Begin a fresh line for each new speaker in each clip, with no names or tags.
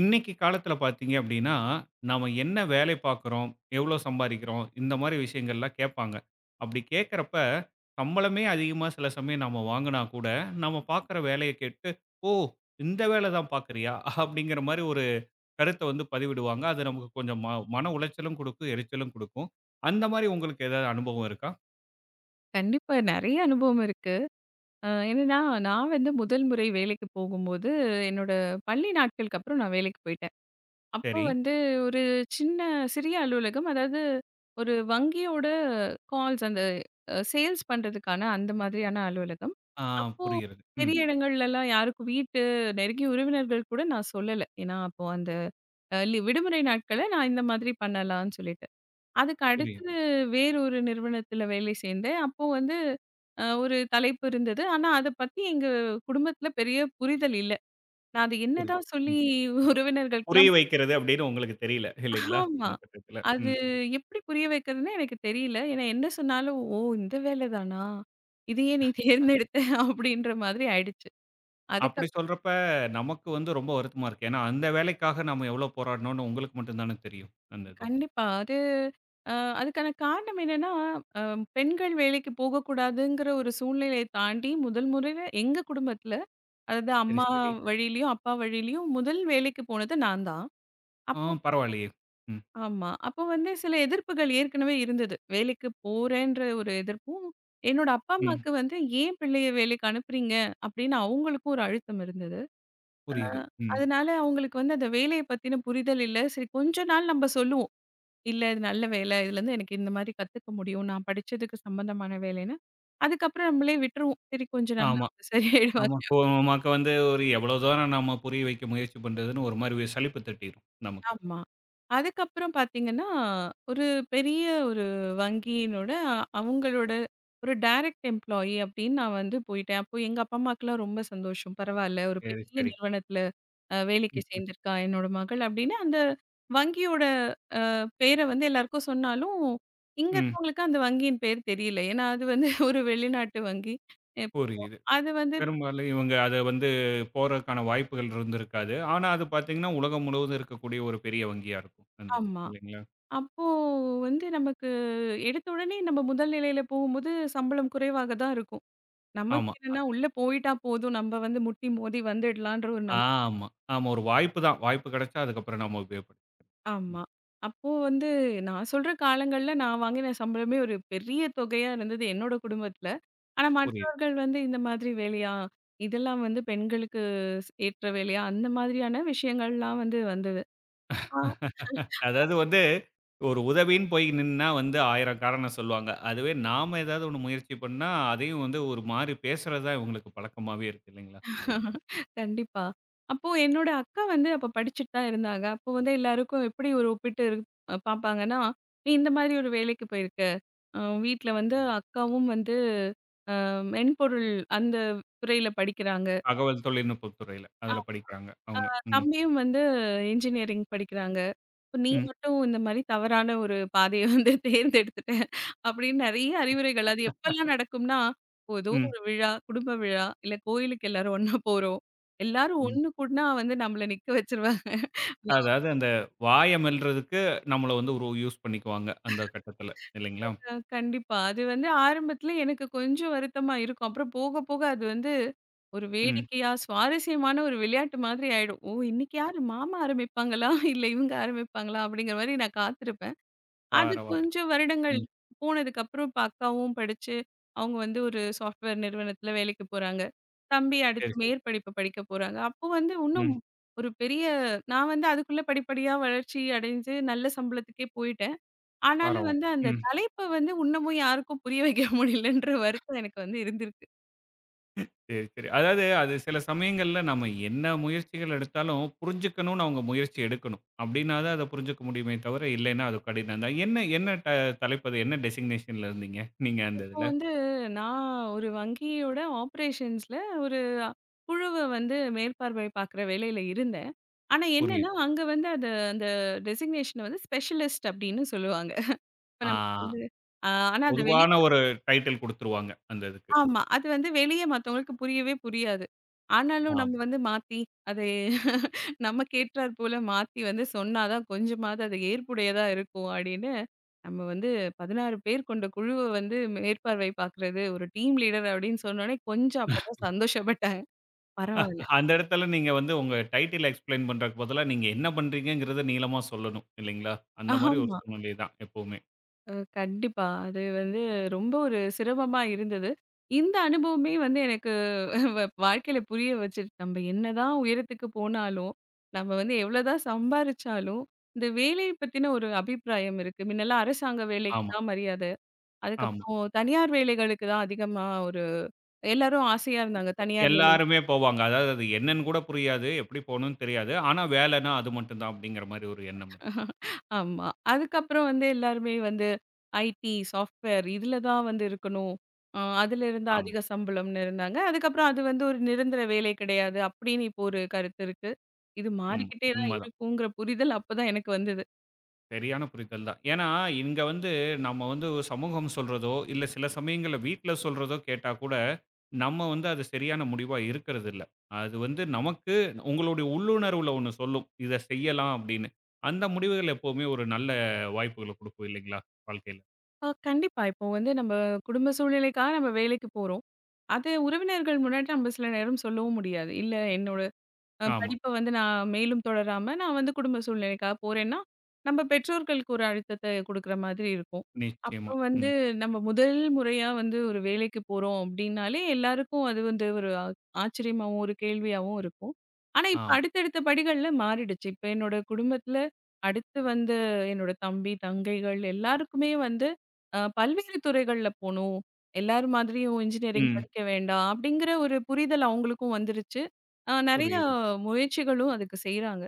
இன்னைக்கு காலத்துல பார்த்தீங்க அப்படின்னா, நாம என்ன வேலை பார்க்குறோம்? எவ்வளோ சம்பாதிக்கிறோம்? இந்த மாரி விஷயங்கள்லாம் கேட்பாங்க. அப்படி கேட்கறப்ப, சம்பளமே அதிகமா சில சமயம் நாம வாங்குனா கூட, நாம பார்க்குற வேலைய கேட்டு, "ஓ! இந்த வேலை தான் பார்க்குறியா?" அப்படிங்கிற மாரி ஒரு கருத்த வந்து பதிவிடுவாங்க. அது நமக்கு கொஞ்சம் மன உளைச்சலும் குடுக்கும், எரிச்சலும் குடுக்கும். அந்த மாரி உங்களுக்கு ஏதாவது அனுபவம் இருக்கா?
கண்டிப்பா. நெறைய அனுபவம் இருக்கு. என்னன்னா, நான் வந்து முதல் முறை வேலைக்கு போகும்போது, என்னோட பள்ளி நாட்களுக்கு அப்புறம் நான் வேலைக்கு போயிட்டேன். அப்போ
சரி.
வந்து ஒரு சின்ன சிறிய அலுவலகம். அதாவது ஒரு வங்கியோட கால்ஸ் அந்த சேல்ஸ் பண்றதுக்கான அந்த மாதிரியான அலுவலகம்.
ஆ
அப்போ
புரிகிறது. ம்.
பெரிய இடங்கள்லலாம் யாருக்கும் வீட்டு நெருங்கிய உறவினர்கள் கூட நான் சொல்லல. ஏன்னா, அப்போ அந்த அ லி விடுமுறை நாட்கள நான் இந்த மாதிரி பண்ணலாம்னு சொல்லிட்டு. அதுக்கு
புரியுது,
அடுத்து வேறொரு நிறுவனத்தில வேலை சேர்ந்தேன். அப்போ வந்து ஒரு தலைப்பு இருந்தது. ஆனா அத பத்தி எங்க குடும்பத்தில பெரிய புரிதல் இல்ல. நான் அது
புரியுது.
என்னதான் சொல்லி
ம். புரிய
உறவினர்களுக்கெல்லாம்
வைக்கிறது அப்படின்னு உங்களுக்கு தெரியல இல்லைங்களா?
ஆமா.
அந்த கட்டத்துல.
அது
ம்.
எப்படி புரிய வைக்கிறதுன்னே எனக்கு தெரியல. ஏன்னா என்ன சொன்னாலும், "ஓ! இந்த வேலை தானா? இதையே நீ தேர்ந்தெடுத்த?" அப்படின்ற மாதிரி ஆயிடுச்சு. அதுக்கு
அப்படி
அப்
சொல்றப்ப, நமக்கு வந்து ரொம்ப வருத்தமா இருக்கு. ஏன்னா, அந்த வேலைக்காக நம்ம எவ்வளோ போராடினோம்னு உங்களுக்கு மட்டும் தானே தெரியும், அந்த இது.
கண்டிப்பா. அது அ அதுக்கான காரணம் என்னன்னா, அ பெண்கள் வேலைக்கு போகக்கூடாதுங்கிற ஒரு சூழ்நிலையை தாண்டி முதல் முறையில எங்க குடும்பத்தில அதாவது
சரி,
அம்மா
சரி.
வழியிலயும், அப்பா வழியிலயும் முதல் வேலைக்கு போனது நான் தான்.
ஆ
அப்போ
பரவாயில்லையே. ம்,
ஆமா. அப்போ வந்து சில எதிர்ப்புகள் ஏற்கனவே இருந்தது. வேலைக்கு போறேன்ற ஒரு எதிர்ப்பும், என்னோட அப்பா,
ம்.
அம்மாக்கு வந்து "ஏன் பிள்ளைய வேலைக்கு அனுப்புறீங்க?" அப்படின்னு அவங்களுக்கும் ஒரு அழுத்தம் இருந்தது. அ
புரியுது. ம்.
அதனால அவங்களுக்கு வந்து அந்த வேலைய பத்தின புரிதல் இல்ல. சரி கொஞ்ச நாள் நம்ம சொல்லுவோம். "இல்ல இது நல்ல வேலை. இதுலருந்து எனக்கு இந்த மாரி கத்துக்க முடியும். நான் படிச்சதுக்கு சம்பந்தமான வேலைன்னு." அதுக்கப்புறம் நம்மளே விட்டுருவோம். சரி கொஞ்ச நாள்ல
ஆமா,
அவங்க
ஆமா.
சரியாயிடுவாங்க.
இப்போ நமக்கு வந்து ஒரு எவ்வளோ தூரம் நம்ம புரிய வைக்க முயற்சி பண்றதுன்னு ஒரு மாரி சலிப்பு தட்டிரும் நமக்கு.
ஆமா. அதுக்கப்புறம் பார்த்தீங்கன்னா, ஒரு பெரிய ஒரு வங்கியினோட அவங்களோட ஒரு டைரக்ட் எம்ப்ளாயி அப்படின்னு நான் வந்து போயிட்டேன். அப்போ எங்க அப்பா, அம்மாக்கெல்லாம் ரொம்ப சந்தோஷம். பரவால்ல ஒரு
சரி,
பெரிய
சரி.
நிறுவனத்தில வேலைக்கு
ம்,
சேர்ந்திருக்கா என்னோட மகள் அப்படின்னு அந்த வங்கியோட அ பேர வந்து எல்லாருக்கும் சொன்னாலும், இங்க
ம்.
இருக்கவங்களுக்கு அந்த வங்கியின் பேர் தெரியல. ஏன்னா அது வந்து ஒரு வெளிநாட்டு வங்கி. இப்போ
புரியுது.
அது வந்து
பெரும்பாலும் இவங்க அத வந்து போறதுக்கான வாய்ப்புகள் இருந்திருக்காது. ஆனா, அது பார்த்தீங்கன்னா, உலகம் முழுவதும் இருக்கக்கூடிய ஒரு பெரிய வங்கியா இருக்கும், அந்த இது.
ஆமா.
இல்லைங்களா?
அப்போ வந்து நமக்கு எடுத்த உடனே நம்ம முதல் நிலையில போகும்போது சம்பளம் குறைவாக தான் இருக்கும். நமக்கு
ஆமா.
என்னன்னா உள்ள போயிட்டா போதும். நம்ம வந்து முட்டி மோதி வந்துடலான்ற ஒரு நம்
ஆமா, ஆமா. ஒரு வாய்ப்பு தான். வாய்ப்பு கிடைச்சா அதுக்கப்புறம் நாம உபயோகப்படுத்திக்கணும்.
ஆமா.
ம்.
அப்போ வந்து நான் சொல்ற காலங்கள்ல நான் வாங்கின சம்பளமே ஒரு பெரிய தொகையா இருந்தது என்னோட குடும்பத்துல. ஆனா
புரியுது.
மற்றவர்கள் வந்து இந்த மாதிரி வேலையா? இதெல்லாம் வந்து பெண்களுக்கு ஏற்ற வேலையா? அந்த மாதிரியான விஷயங்கள்லாம் வந்து வந்தது.
அதாவது வந்து ஒரு உதவின்னு போய் நின்னா வந்து 1000 காரணம் சொல்லுவாங்க. அதுவே நாம ஏதாவது ஒண்ணு முயற்சி பண்ணா, அதையும் வந்து ஒரு மாரி பேசுறது தான் இவங்களுக்கு பழக்கமாவே இருக்கு இல்லைங்களா? இந்த
கண்டிப்பா. அப்போ என்னோட அக்கா வந்து அப்ப படிச்சுட்டு தான் இருந்தாங்க. அப்போ வந்து எல்லாருக்கும் எப்படி ஒரு ஒப்பிட்டு இரு அ பார்ப்பாங்கன்னா, "நீ இந்த மாதிரி ஒரு வேலைக்கு போயிருக்க. அ வீட்ல வந்து அக்காவும் வந்து மென்பொருள் அந்த துறையில படிக்கிறாங்க.
தகவல் தொழில்நுட்பத் துறையில. அதுல படிக்கிறாங்க அவங்க. ம்.
தம்பியும் வந்து இன்ஜினியரிங் படிக்கிறாங்க. இப்ப நீ
ம்.
மட்டும் இந்த மாதிரி தவறான ஒரு பாதைய வந்து தேர்ந்தெடுத்துட்ட." அப்படின்னு நெறைய அறிவுரைகள். அது எப்பல்லாம் நடக்கும்னா, இப்போ ஏதோ
ம்.
ஒரு விழா, குடும்ப விழா, இல்ல கோயிலுக்கு எல்லாரும் ஒண்ணா போறோம். எல்லாரும்
ம்.
ஒண்ணு கூடுனா வந்து நம்மள நிக்க வச்சுருவாங்க.
அதாவது அந்த வாய மெல்றதுக்கு நம்மள வந்து ஒரு யூஸ் பண்ணிக்குவாங்க அந்த கட்டத்துல இல்லைங்களா?
கண்டிப்பா. அது வந்து ஆரம்பத்துல எனக்கு கொஞ்சம் வருத்தமா இருக்கும். அப்புறம் போக, போக அது வந்து ஒரு
ம்.
வேடிக்கையா, சுவாரஸ்யமான ஒரு விளையாட்டு மாதிரி ஆயிடும். ஓ! இன்னைக்கு யாரு மாமா ஆரம்பிப்பாங்களா? இல்ல இவங்க ஆரம்பிப்பாங்களா? அப்படிங்கிற மாரி நான் காத்திருப்பேன். அது
பரவால்ல.
கொஞ்சம் வருடங்கள்
ம்.
போனதுக்கப்புறம் இப்ப அக்காவும் படிச்சு, அவங்க வந்து ஒரு சாஃப்ட்வேர் நிறுவனத்துல வேலைக்கு போறாங்க. தம்பி அடுத்து
சரி, சரி.
மேற்படிப்பு படிக்க போறாங்க. அப்போ வந்து இன்னும்
ம்.
ஒரு பெரிய நான் வந்து அதுக்குள்ள படிப்படியா வளர்ச்சி அடைஞ்சு நல்ல சம்பளத்துக்கே போயிட்டேன். ஆனாலும்
பரவால்ல.
வந்து அந்த
ம்.
தலைப்ப வந்து இன்னமும் யாருக்கும் புரிய வைக்க முடியலன்ற வருத்தம் எனக்கு வந்து இருந்திருக்கு.
சரி, சரி. அதாவது அது சில சமயங்கள்ல நம்ம என்ன முயற்சிகள் எடுத்தாலும் புரிஞ்சுக்கணும்னு அவங்க முயற்சி எடுக்கணும். அப்படின்னா தான் அத புரிஞ்சுக்க முடியுமே தவிர, இல்லைன்னா அது கடினம் தான். என்ன என்ன தலைப்பு அது? என்ன டெசிக்னேஷன்ல இருந்தீங்க? நீங்க அந்த
இப்போ
இதுல?
வந்து நான் ஒரு வங்கியோட ஆப்பரேஷன்ஸ்ல ஒரு குழுவ வந்து மேற்பார்வை பார்க்குற வேலையில இருந்தேன். ஆனா
புரியுது.
என்னன்னா, அங்க வந்து அது அந்த டெசிக்னேஷன வந்து ஸ்பெஷலிஸ்ட் அப்படின்னு சொல்லுவாங்க. இப்ப
ஆ
நம்ம வந்து ஆ ஆனா அத வெளி
பொதுவான ஒரு டைட்டில் குடுத்துருவாங்க, அந்த இதுக்கு.
ஆமா. அது வந்து வெளிய மத்தவங்களுக்கு புரியவே புரியாது. ஆனாலும்
ஆமா.
நம்ம வந்து மாத்தி, அது நமக்கு ஏற்றார் போல மாத்தி வந்து சொன்னா தான் கொஞ்சமாவது அது ஏற்புடையதா இருக்கும் அப்படின்னு, நம்ம வந்து 16 பேர் கொண்ட குழுவ வந்து மேற்பார்வை பார்க்கிறது, ஒரு டீம் லீடர் அப்படின்னு சொன்னோனே கொஞ்சம் அப்பதான் சந்தோஷப்பட்டாங்க. பரவால்ல.
அந்த இடத்துல நீங்க வந்து உங்க டைட்டில் எக்ஸ்ப்ளைன் பண்றதுக்கு பதிலா, நீங்க என்ன பண்றீங்கங்கிறத நீளமா சொல்லணும், இல்லைங்களா? அந்த மாரி ஒரு
ஆமா.
சூழ்நிலை தான் எப்பவுமே.
கண்டிப்பா. அது வந்து ரொம்ப ஒரு சிரமமா இருந்தது. இந்த அனுபவமே வந்து எனக்கு வாழ்க்கையில புரிய வச்சுது. நம்ம என்னதான் உயரத்துக்கு போனாலும், நம்ம வந்து எவ்வளோதான் சம்பாரிச்சாலும், இந்த வேலைய பத்தின ஒரு அபிப்பிராயம் இருக்கு. முன்னெல்லாம் அரசாங்க வேலைக்கு
ஆமா,
தான் மரியாத.
ஆமா.
அதுக்கப்புறம் தனியார் வேலைகளுக்கு தான் அதிகமா ஒரு எல்லாரும் ஆசையா இருந்தாங்க. தனியார்
எல்லாருமே போவாங்க. அதாவது அது என்னன்னு கூட புரியாது. எப்படி போணும்னு தெரியாது. ஆனா வேலைன்னா அது மட்டும் தான் அப்படிங்கிற மாரி ஒரு எண்ணம் இருக்கு.
ஆமா. அதுக்கப்புறம் வந்து எல்லாருமே வந்து ஐடி, சாஃப்ட்வேர் இதுல தான் வந்து இருக்கணும். அதுல இருந்தா
ஆமா.
அதிக சம்பளம்னு இருந்தாங்க. அதுக்கப்புறம் அது வந்து ஒரு நிரந்தர வேலை கிடையாது அப்படின்னு இப்போ ஒரு கருத்து இருக்கு. இது
ம்.
மாறிக்கிட்டே தான்
உண்மதான்.
இருக்குங்கிற புரிதல் அப்பதான் எனக்கு வந்தது.
சரியான புரிதல் தான். ஏன்னா, இங்க வந்து நம்ம வந்து ஒரு சமூகம் சொல்றதோ, இல்ல சில சமயங்கள்ல வீட்ல சொல்றதோ கேட்டா கூட, நம்ம வந்து அது சரியான முடிவா இருக்கிறதில்ல. அது வந்து நமக்கு உங்களுடைய உள்ளுணர்வுல ஒண்ணு சொல்லும். இத செய்யலாம் அப்படின்னு. அந்த முடிவுகள் எப்பவுமே ஒரு நல்ல வாய்ப்புகள குடுக்கும் இல்லைங்களா? வாழ்க்கையில.
கண்டிப்பா. இப்போ வந்து நம்ம குடும்ப சூழ்நிலைக்காக நம்ம வேலைக்கு போறோம். அது உறவினர்கள் முன்னாடி நம்ம சில நேரம் சொல்லவும் முடியாது. இல்ல என்னோட
ஆமா.
படிப்ப வந்து நான் மேலும் தொடராம, நான் வந்து குடும்ப சூழ்நிலைக்காக போறேன்னா, நம்ம பெற்றோர்களுக்கு ஒரு அழுத்தத்த குடுக்குற மாதிரி இருக்கும். அப்போ
நிச்சயமா.
வந்து
ம்.
நம்ம முதல் முறையா வந்து ஒரு வேலைக்கு போறோம் அப்டின்னாலே, எல்லாருக்கும் அது வந்து ஒரு ஆ ஆச்சரியமாவும், ஒரு கேள்வியாவும் இருக்கும். ஆனா, இப்ப
ஆமா.
அடுத்தடுத்த படிகள்ல மாறிடுச்சு. இப்ப என்னோட குடும்பத்துல அடுத்து வந்து என்னோட தம்பி, தங்கைகள் எல்லாருக்குமே வந்து பல்வேறு துறைகள்ல போணும். எல்லார் மாதிரியும் இன்ஜினியரிங்
ம்.
படிக்க வேண்டாம், அப்டிங்கிற ஒரு புரிதல் அவங்களுக்கும் வந்துருச்சு. ஆ நெறையா
புரியுது.
முயற்சிகளும் அதுக்கு செய்றாங்க.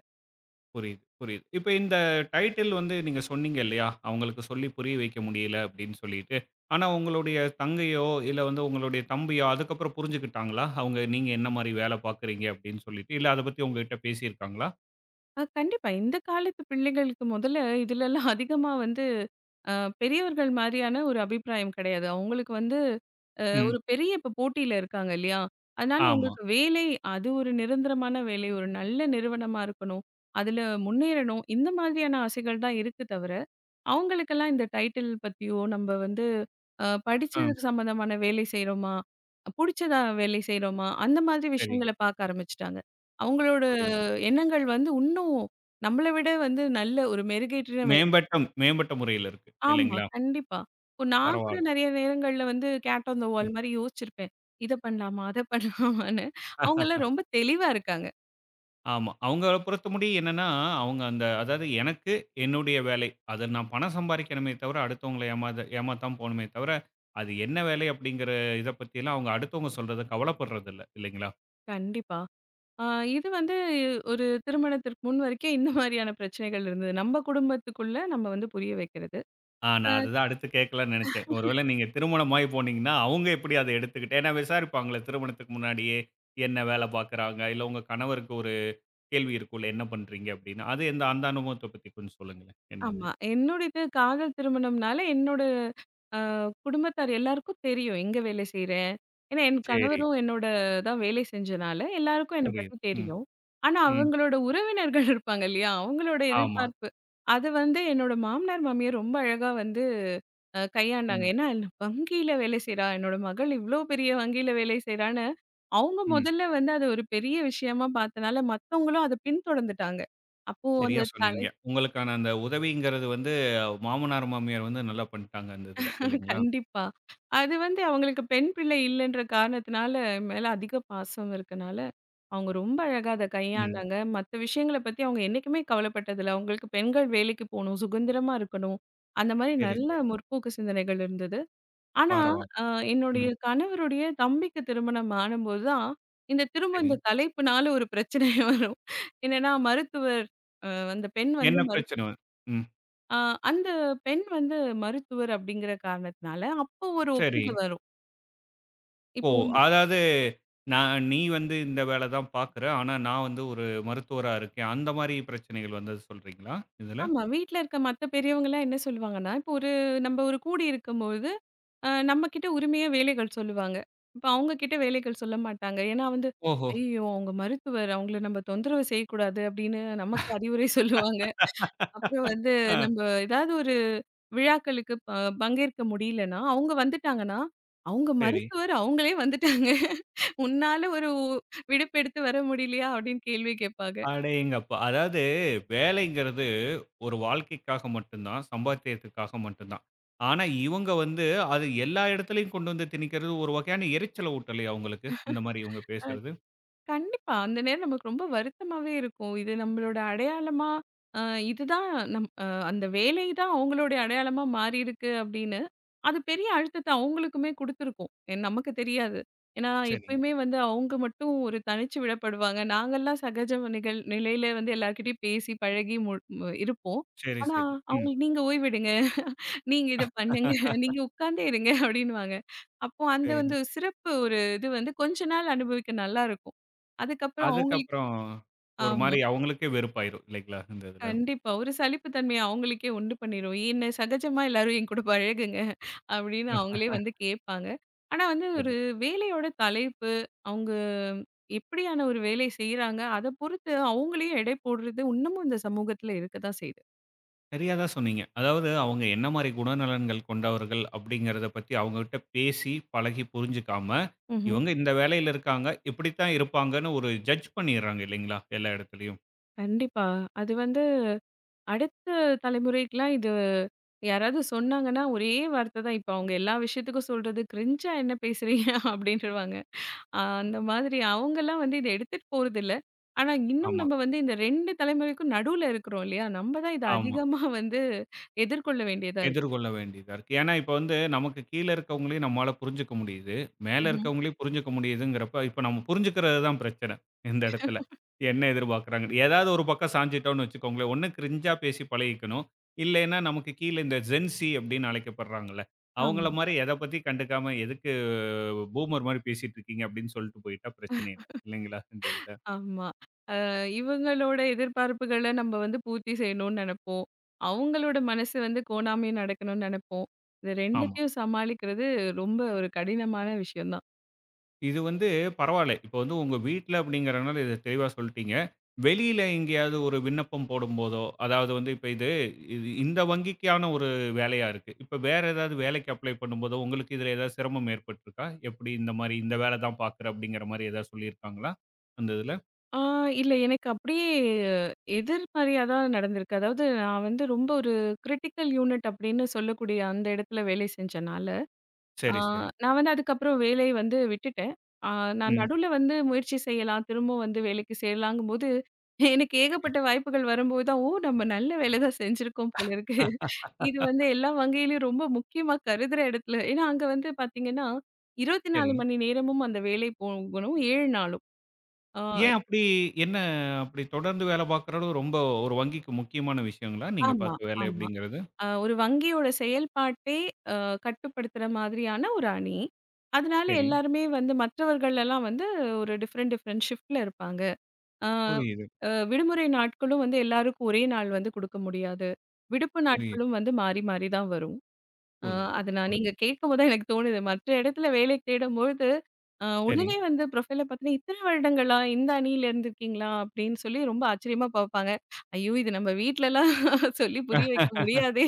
புரியுது, புரியுது. இப்ப இந்த டைட்டில் வந்து நீங்க சொன்னீங்க இல்லையா? அவங்களுக்கு சொல்லி புரிய வைக்க முடியல அப்படின்னு சொல்லிட்டு. ஆனா உங்களுடைய தங்கையோ, இல்ல வந்து உங்களுடைய தம்பியோ அதுக்கப்புறம் புரிஞ்சுக்கிட்டாங்களா? அவங்க நீங்க என்ன மாரி வேலை பார்க்குறீங்க அப்படின்னு சொல்லிட்டு. இல்ல அத பத்தி உங்ககிட்ட பேசியிருக்காங்களா?
கண்டிப்பா. இந்த காலத்து பிள்ளைகளுக்கு முதல்ல இதுலலாம் அதிகமா வந்து அ பெரியவர்கள் மாரியான ஒரு அபிப்பிராயம் கெடையாது. அவங்களுக்கு வந்து
ம்.
ஒரு பெரிய இப்ப போட்டியில இருக்காங்க இல்லையா? அதனால
ஆமா.
உங்களுக்கு வேலை அது ஒரு நிரந்தரமான வேலை, ஒரு நல்ல நிறுவனமா இருக்கணும். அதுல முன்னேறணும். இந்த மாதிரியான ஆசைகள் தான் இருக்கு தவிர, அவங்களுக்கெல்லாம் இந்த டைட்டில் பத்தியோ, நம்ப வந்து
ம்.
படிச்சதுக்கு சம்மந்தமான வேலை செய்றோமா? புடிச்சதா வேலை செய்றோமா? அந்த மாதிரி
சரி.
விஷயங்கள பார்க்க ஆரம்பிச்சுட்டாங்க. அவங்களோட
புரியுது.
எண்ணங்கள் வந்து இன்னும் நம்மள விட வந்து நல்ல ஒரு மெருகேற்றின வே
மேம்பட்ட மேம்பட்ட முறையில இருக்கு.
ஆமா,
இல்லைங்களா?
கண்டிப்பா. இப்போ நான் கூட
பரவால்ல. ம்.
நெறைய நேரங்கள்ல வந்து கேட் ஆன் த வால் மாரி யோசிச்சிருப்பேன். இத பண்ணலாமா? அத பண்ணலாமான்னு. அவங்கலாம் ரொம்ப தெளிவா இருக்காங்க.
ஆமா. அவங்கள பொறுத்தமுடி என்னன்னா, அவங்க அந்த அதாவது எனக்கு என்னுடைய வேலை. அத நான் பணம் சம்பாரிக்கணுமே தவிர, அடுத்தவங்கள ஏமாத்தாம போணுமே தவிர, அது என்ன வேலை அப்படிங்கிற இத பத்திலாம் அவங்க அடுத்தவங்க சொல்றத கவலைப்படுறதில்ல, இல்லைங்களா?
கண்டிப்பா. ஆ இது வந்து ஒரு திருமணத்திற்கு முன் வரைக்கும் இந்த மாதிரியான பிரச்சனைகள் இருந்தது. நம்ம குடும்பத்துக்குள்ள நம்ம வந்து புரிய வைக்கிறது.
ஆ
ஆ.
நான் அதுதான் அடுத்து கேட்கலாம்னு நெனச்சேன். ஒருவேளை நீங்க திருமணமாயி போனீங்கன்னா, அவங்க எப்படி அத எடுத்துக்கிட்டு ஏன்னா விசாரிப்பாங்கல்ல திருமணத்துக்கு முன்னாடியே, என்ன வேலை பார்க்குறாங்க? இல்ல உங்க கணவருக்கு ஒரு கேள்வி இருக்கும்ல, என்ன பண்றீங்க அப்படின்னு. அது எந்த அந்த அனுபவத்த பத்தி கொஞ்சம் சொல்லுங்களேன், என்னன்னு?
ஆமா. என்னுடையது காதல் திருமணம்னால என்னோட அ குடும்பத்தார் எல்லாருக்கும் தெரியும். எங்க வேலை செய்றேன். ஏன்னா என்
சரி.
கணவரும் என்னோட தான் வேலை செஞ்சனால, எல்லாருக்கும் என்ன
புரியுது.
பத்தி
ம்,
தெரியும். ஆனா
ம்.
அவங்களோட உறவினர்கள் இருப்பாங்க இல்லையா? அவங்களோட
ஆமா.
எதிர்பார்ப்பு. அது வந்து என்னோட மாமனார், மாமியார் ரொம்ப அழகா வந்து கையாண்டாங்க.
ம்,
ஏன்னா வங்கியில வேலை செய்றா, என்னோட மகள் இவ்ளோ பெரிய வங்கியில வேலை செய்றான்னு, அவங்க
ம்.
முதல்ல வந்து அத ஒரு பெரிய விஷயமா பார்த்தனால, மத்தவங்களும் அத பின்தொடர்ந்துட்டாங்க. அப்போ
சரியா
அந்த தலை
சொன்னீங்க. உங்களுக்கான அந்த உதவிங்கிறது வந்து மாமனார், மாமியார் வந்து நல்லா பண்ணிட்டாங்க அந்த இதுல இல்லைங்களா?
கண்டிப்பா. அது வந்து அவங்களுக்கு பெண் பிள்ளை இல்லன்ற காரணத்தினால, என் மேல அதிக பாசம் இருக்கனால, அவங்க ரொம்ப அழகா அத
ம்.
கையாண்டாங்க. மத்த விஷயங்கள பத்தி அவங்க என்னைக்குமே கவலைப்பட்டதில்ல. அவங்களுக்கு பெண்கள் வேலைக்கு போணும், சுதந்திரமா இருக்கணும். அந்த மாரி
சரி,
நல்ல
சரி.
முற்போக்கு சிந்தனைகள் இருந்தது. ஆனா,
பரவால்ல.
அ என்னுடைய
ம்.
கணவருடைய தம்பிக்கு திருமணம் ஆனம்போது தான், இந்த திரும்ப
சரி.
இந்த தலைப்புனால ஒரு பிரச்சனையே வரும். என்னன்னா மருத்துவர் அ அந்த பெண் வந்து
என்ன
மரு
பிரச்சனை? ம்.
அ அந்த பெண் வந்து மருத்துவர் அப்படிங்கிற காரணத்தினால, அப்போ ஒரு
சரி.
ஒப்பீடு வரும்.
ஓ!
இப்போ
அதாவது நான் நீ வந்து இந்த வேல தான் பாக்குற. ஆனா நான் வந்து ஒரு மருத்துவரா இருக்கேன். அந்த மாரி பிரச்சனைகள் வந்தது சொல்றீங்களா? இதுல?
ஆமா. வீட்ல இருக்க மத்த பெரியவங்கலாம் என்ன சொல்லுவாங்கன்னா, இப்போ ஒரு நம்ப ஒரு கூடி இருக்கும்பொழுது, நம்ம கிட்ட உரிமையா வேலைகள் சொல்லுவாங்க. இப்ப அவங்க கிட்ட வேலைகள் சொல்ல மாட்டாங்க. ஏன்னா வந்து,
ஓஹோ!
"ஐயய்யோ! அவங்க மருத்துவர். அவங்கள நம்ம தொந்தரவு செய்யக்கூடாது" அப்படின்னு நமக்கு அறிவுரை சொல்லுவாங்க. அப்புறம் வந்து
ஆ
நம்ப ஏதாவது ஒரு விழாக்களுக்கு பங்கேற்க முடியலன்னா, அவங்க வந்துட்டாங்கன்னா, அவங்க
சரி.
மருத்துவர் அவங்களே வந்துட்டாங்க. "உன்னால ஒரு விடுப்பு எடுத்து வர முடியலையா?" அப்படின்னு கேள்வி கேட்பாங்க.
அடேங்கப்பா! அதாவது வேலைங்கிறது ஒரு வாழ்க்கைக்காக மட்டும்தான், சம்பாத்தியத்துக்காக மட்டும்தான். ஆனா, இவங்க வந்து அது எல்லா இடத்துலயும் கொண்டு வந்து திணிக்கிறது ஒரு வகையான எரிச்சல ஊட்டலையா உங்களுக்கு? இந்த மாரி இவங்க பேசுறது?
கண்டிப்பா. அந்த நேரம் நமக்கு ரொம்ப வருத்தமாவே இருக்கும். இது நம்மளோட அடையாளமா, அ இதுதான் நம் அ அந்த வேலை தான் அவங்களுடைய அடையாளமா மாறியிருக்கு அப்படின்னு, அது பெரிய அழுத்தத்த அவங்களுக்குமே குடுத்துருக்கும். நமக்கு தெரியாது. ஏன்னா,
சரி,
எப்பயுமே வந்து அவங்க மட்டும் ஒரு தனிச்சு விடப்படுவாங்க. நாங்கலாம் சகஜ நிகழ் நிலையில வந்து எல்லார்கிட்டயும் பேசி, பழகி மு மு- இருப்போம்.
சரி,
ஆனா,
சரி. ம்.
அவங்களுக்கு "நீங்க ஓய்வெடுங்க. நீங்க இத பண்ணுங்க. நீங்க உட்கார்ந்தே இருங்க அப்டின்னுவாங்க. அப்போ அந்த
சரி.
வந்து சிறப்பு ஒரு இது வந்து கொஞ்ச நாள் அனுபவிக்க நல்லாருக்கும். அதுக்கப்புறம் அவங்களுக்கே
அதுக்கப்புறம் ஒரு
ஆமா.
மாரி அவங்களுக்கே வெறுப்பாயிரும் இல்லைங்களா? இந்த இதுல.
கண்டிப்பா. ஒரு சலிப்பு தன்மைய அவங்களுக்கே உண்டு பண்ணிரும். என்ன சகஜமா எல்லாரும் என் கூட பழகுங்க அப்டின்னு அவங்களே வந்து கேட்பாங்க. ஆனா வந்து
சரி.
ஒரு வேலையோட தலைப்பு, அவங்க எப்படியான ஒரு வேலை செய்றாங்க, அத பொறுத்து அவங்களையும் எடை போடுறது இன்னமும் இந்த சமூகத்துல இருக்கத்தான் செய்யுது.
சரியா தான் சொன்னீங்க. அதாவது அவங்க என்ன மாரி குணநலன்கள் கொண்டவர்கள் அப்படிங்கிறத பத்தி அவங்ககிட்ட பேசி, பழகி புரிஞ்சுக்காம,
ம்ஹ்ம்.
இவங்க இந்த வேலையில இருக்காங்க, இப்படித்தான் இருப்பாங்கன்னு ஒரு ஜட்ஜ் பண்ணிர்றாங்க இல்லைங்களா? எல்லா இடத்துலயும்.
கண்டிப்பா. அது வந்து அடுத்த தலைமுறைக்குலாம் இது யாராவது சொன்னாங்கன்னா, ஒரே வார்த்த தான். இப்ப அவங்க எல்லா விஷயத்துக்கும் சொல்றது, "கிரிஞ்சா என்ன பேசுறீங்க?" அப்படின்ருவாங்க. அந்த மாதிரி அவங்கலாம் வந்து இத எடுத்துட்டு போறதில்ல. ஆனா, இன்னும்
ஆமா,
நம்ம வந்து இந்த 2 தலைமுறைக்கும் நடுவுல இருக்கிறோம் இல்லையா? நம்ம தான் இத
ஆமா.
அதிகமா வந்து எதிர்கொள்ள வேண்டியதா இருக்கு.
எதிர்கொள்ள வேண்டியதா இருக்கு. ஏன்னா, இப்ப வந்து நமக்கு கீழ இருக்கவங்களையும் நம்மால புரிஞ்சுக்க முடியுது. மேல
ம்ஹ்ம்.
இருக்கவங்களையும் புரிஞ்சுக்க முடியுதுங்கிறப்ப, இப்ப நம்ம புரிஞ்சுக்கிறது தான் பிரச்சனை, இந்த இடத்துல. என்ன எதிர்பார்க்குறாங்கன்னு. ஏதாவது ஒரு பக்கம் சாஞ்சுட்டோம்னு வச்சுக்கோங்களேன், ஒண்ணு கிரிஞ்சா பேசி பழகிக்கணும். இல்லைன்னா, நமக்கு கீழ இந்த ஜென்ஸி அப்படின்னு அழைக்கப்படுறாங்கல்ல, அவங்கள
ஆமா,
மாரி எத பத்தி கண்டுக்காம, "எதுக்கு பூமர் மாரி பேசிட்டு இருக்கீங்க?" அப்படின்னு சொல்லிட்டு போயிட்டா பிரச்சனை இல்ல. இல்லைங்களா? இந்த இதுல.
ஆமா. இவங்களோட எதிர்பார்ப்புகள நம்ம வந்து பூர்த்தி செய்யணும்னு நெனைப்போம். அவங்களோட மனசு வந்து கோணாமையே நடக்கணும்னு நெனைப்போம். இந்த
ஆமா.
2த்தையும் சமாளிக்கிறது ரொம்ப ஒரு கடினமான விஷயம் தான்.
இது வந்து பரவால்ல. இப்ப வந்து உங்க வீட்ல அப்படிங்கிறனால இத தெளிவா சொல்ட்டீங்க. வெளியில எங்கேயாவது ஒரு விண்ணப்பம் போடும்போதோ, அதாவது வந்து இப்ப இது இது இந்த வங்கிக்கான ஒரு வேலையா இருக்கு. இப்ப வேற ஏதாவது வேலைக்கு அப்ளை பண்ணும்போதோ, உங்களுக்கு இதுல ஏதாவது சிரமம் ஏற்பட்டுருக்கா? எப்படி இந்த மாரி இந்த வேல தான் பார்க்குறேன் அப்படிங்கிற மாரி ஏதாவது சொல்லியிருக்காங்களா? அந்த இதுல?
ஆ இல்ல. எனக்கு அப்படியே எதிர்மறையா தான் நடந்திருக்கு. அதாவது நான் வந்து ரொம்ப ஒரு கிரிட்டிக்கல் யூனிட் அப்படின்னு சொல்லக்கூடிய அந்த இடத்துல வேலை செஞ்சனால, ஆ
சரி, சரி.
நான் வந்து அதுக்கப்புறம் வேலைய வந்து விட்டுட்டேன். ஆ நான்
ம்.
நடுவுல வந்து முயற்சி செய்யலாம், திரும்பவும் வந்து வேலைக்கு சேரலாங்கும்போது, எனக்கு
சரி.
ஏகப்பட்ட வாய்ப்புகள் வரும்போது தான், ஓ! நம்ம நல்ல வேலை தான் செஞ்சிருக்கோம் போல இருக்கு.
ஆ
இது வந்து எல்லா வகையிலயும் ரொம்ப முக்கியமா கருதுற இடத்துல ஏன்னா அங்க வந்து பார்த்தீங்கன்னா, 24
சரிங்க.
மணி நேரமும் அந்த வேலை போகணும். 7 நாளும். ஆ
ஏன் அப்படி என்ன அப்படி தொடர்ந்து வேல பார்க்குறது ரொம்ப ஒரு வங்கிக்கு முக்கியமான விஷயங்களா? நீங்க
ஆமா,
பார்த்த வேலை
ஆமா.
அப்படிங்கிறது?
ஒரு வங்கியோட செயல்பாட்டே அ கட்டுப்படுத்துற மாதிரியான ஒரு அணி. அதனால
சரி.
எல்லாருமே வந்து மற்றவர்கள் எல்லாம் வந்து ஒரு டிஃபரெண்ட் டிஃபரெண்ட் ஷிஃப்ட்ல இருப்பாங்க. அ
புரியுது,
அ விடுமுறை நாட்களும் வந்து எல்லாருக்கும் ஒரே நாள் வந்து குடுக்க முடியாது. விடுப்பு
புரியுது,
நாட்களும் வந்து மாறி மாறி தான் வரும். ஆ
புரியுது,
அது நான்
புரியுது.
நீங்க கேட்கும்போது தான் எனக்கு தோணுது. மற்ற இடத்துல வேலை தேடும்பொழுது,
சரி.
உடனே வந்து ப்ரொஃபைல பார்த்தீங்கன்னா, "இத்தன வருடங்களா? இந்த அணியில இருந்திருக்கீங்களா?" அப்படின்னு சொல்லி ரொம்ப ஆச்சரியமா பார்ப்பாங்க. ஐயோ! இது நம்ம வீட்லலாம் சொல்லி புரிய
அ
வைக்க முடியாதே!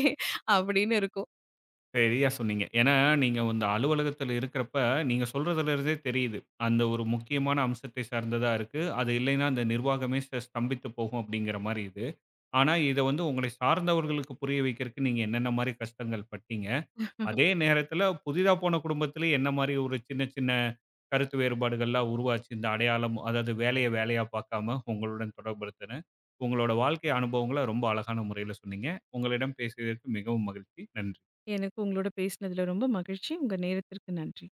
அப்படின்னு இருக்கும்.
சரியா சொன்னீங்க. ஏன்னா, நீங்க அந்த அலுவலகத்தில இருக்கிறப்ப, நீங்க சொல்றதுல இருந்தே தெரியுது. அந்த ஒரு முக்கியமான அம்சத்தை சார்ந்ததா இருக்கு. அது இல்லைன்னா அந்த நிர்வாகமே ஸ்தம்பித்து போகும் அப்படிங்கிற மாரி இது. ஆனா, இத வந்து உங்களை சார்ந்தவர்களுக்கு புரிய வைக்கிறதுக்கு நீங்க என்னென்ன மாரி கஷ்டங்கள் பட்டீங்க. அதே நேரத்தில புதிதா போன குடும்பத்தில என்ன மாரி ஒரு சின்ன சின்ன கருத்து வேறுபாடுகள்லாம் உருவாச்சு. இந்த அடையாளம் அதாவது வேலைய வேலையா பார்க்காம உங்களுடன் தொடர்புறுத்தின உங்களோட வாழ்க்கை அனுபவங்கள ரொம்ப அழகான முறையில சொன்னீங்க. உங்களிடம் பேசியதற்கு மிகவும் மகிழ்ச்சி. நன்றி.
எனக்கு உங்களோட பேசினதுல ரொம்ப மகிழ்ச்சி. உங்க நேரத்திற்கு நன்றி.